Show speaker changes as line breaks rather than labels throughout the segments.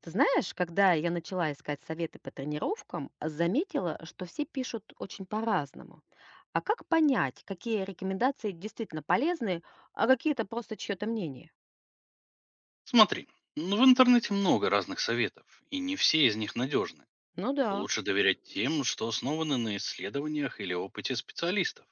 Ты знаешь, когда я начала искать советы по тренировкам, заметила, что все пишут очень по-разному. А как понять, какие рекомендации действительно полезны, а какие это просто чье-то мнение?
Смотри, ну, в интернете много разных советов, и не все из них надежны.
Ну да,
Лучше доверять тем, что основаны на исследованиях или опыте специалистов,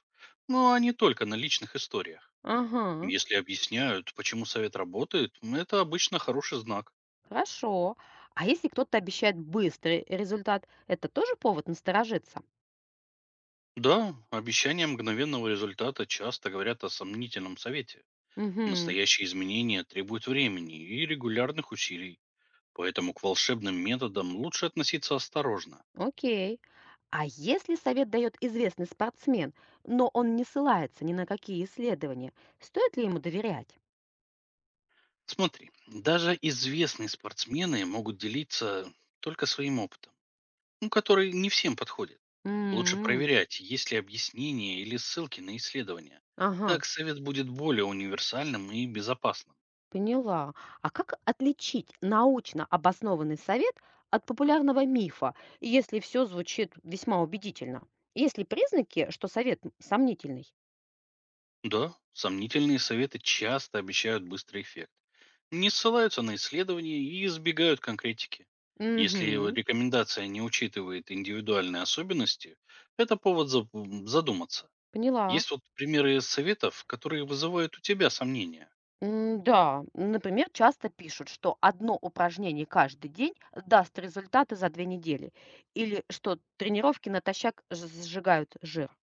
ну а не только на личных историях.
ага,
Если объясняют, почему совет работает, это обычно хороший знак.
хорошо. А если кто-то обещает быстрый результат, это тоже повод насторожиться?
Да, обещания мгновенного результата часто говорят о сомнительном совете.
Угу,
Настоящие изменения требуют времени и регулярных усилий, поэтому к волшебным методам лучше относиться осторожно.
окей. А если совет дает известный спортсмен, но он не ссылается ни на какие исследования, стоит ли ему доверять?
Смотри, даже известные спортсмены могут делиться только своим опытом, ну, который не всем подходит. Лучше
М,
проверять, есть ли объяснения или ссылки на исследования.
Ага.
Так совет будет более универсальным и безопасным.
Поняла. А как отличить научно обоснованный совет от популярного мифа, если все звучит весьма убедительно? Есть ли признаки, что совет сомнительный?
Да, сомнительные советы часто обещают быстрый эффект. Не ссылаются на исследования и избегают конкретики. Если вот
Угу,
рекомендация не учитывает индивидуальные особенности, это повод задуматься.
поняла.
Есть вот примеры советов, которые вызывают у тебя сомнения.
М, да, например, часто пишут, что одно упражнение каждый день даст результаты за 2 недели, или что тренировки натощак сжигают жир.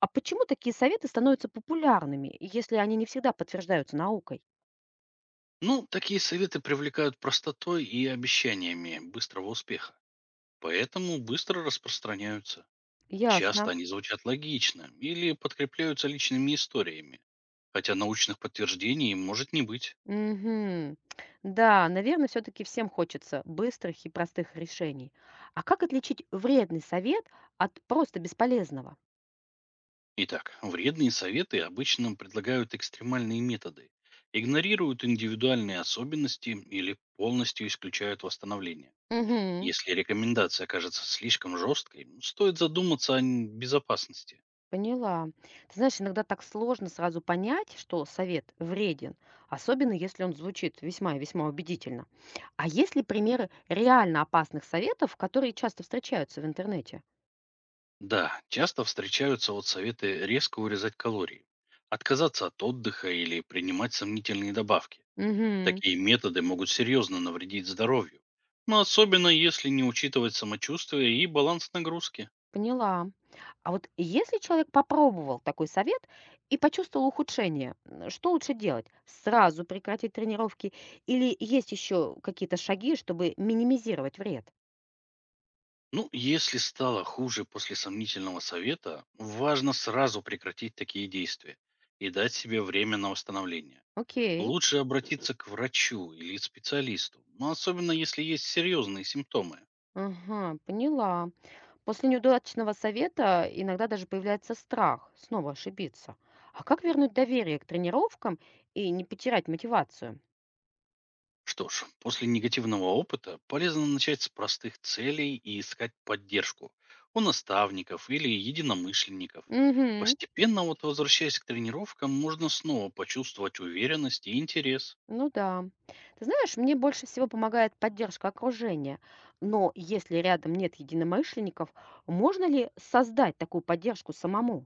А почему такие советы становятся популярными, если они не всегда подтверждаются наукой?
Ну, такие советы привлекают простотой и обещаниями быстрого успеха. Поэтому быстро распространяются.
Ясно.
Часто они звучат логично или подкрепляются личными историями, хотя научных подтверждений может не быть.
Мгм. Да, наверное, все-таки всем хочется быстрых и простых решений. А как отличить вредный совет от просто бесполезного?
Итак, вредные советы обычно предлагают экстремальные методы, игнорируют индивидуальные особенности или полностью исключают восстановление.
Мгм.
Если рекомендация кажется слишком жесткой, стоит задуматься о безопасности.
Поняла. Ты знаешь, иногда так сложно сразу понять, что совет вреден, особенно если он звучит весьма и весьма убедительно. А есть ли примеры реально опасных советов, которые часто встречаются в интернете?
Да, часто встречаются вот советы резко урезать калории, отказаться от отдыха или принимать сомнительные добавки.
Мгм.
Такие методы могут серьезно навредить здоровью, но особенно если не учитывать самочувствие и баланс нагрузки.
Поняла. А вот если человек попробовал такой совет и почувствовал ухудшение, что лучше делать? Сразу прекратить тренировки или есть еще какие-то шаги, чтобы минимизировать вред?
Ну, если стало хуже после сомнительного совета, важно сразу прекратить такие действия и дать себе время на восстановление.
Окей.
Лучше обратиться к врачу или специалисту, но особенно если есть серьезные симптомы.
Ага, поняла. После неудачного совета иногда даже появляется страх снова ошибиться. А как вернуть доверие к тренировкам и не потерять мотивацию?
Что ж, после негативного опыта полезно начать с простых целей и искать поддержку у наставников или единомышленников.
Угу.
Постепенно вот возвращаясь к тренировкам, можно снова почувствовать уверенность и интерес.
Ну да. Ты знаешь, мне больше всего помогает поддержка окружения. Но если рядом нет единомышленников, можно ли создать такую поддержку самому?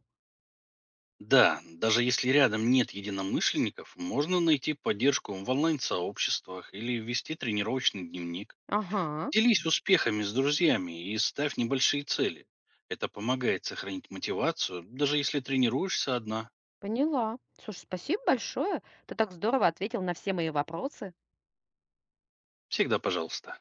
Да, даже если рядом нет единомышленников, можно найти поддержку в онлайн-сообществах или ввести тренировочный дневник.
Ага,
Делись успехами с друзьями и ставь небольшие цели. Это помогает сохранить мотивацию, даже если тренируешься одна.
поняла. Слушай, спасибо большое. Ты так здорово ответил на все мои вопросы.
Всегда пожалуйста.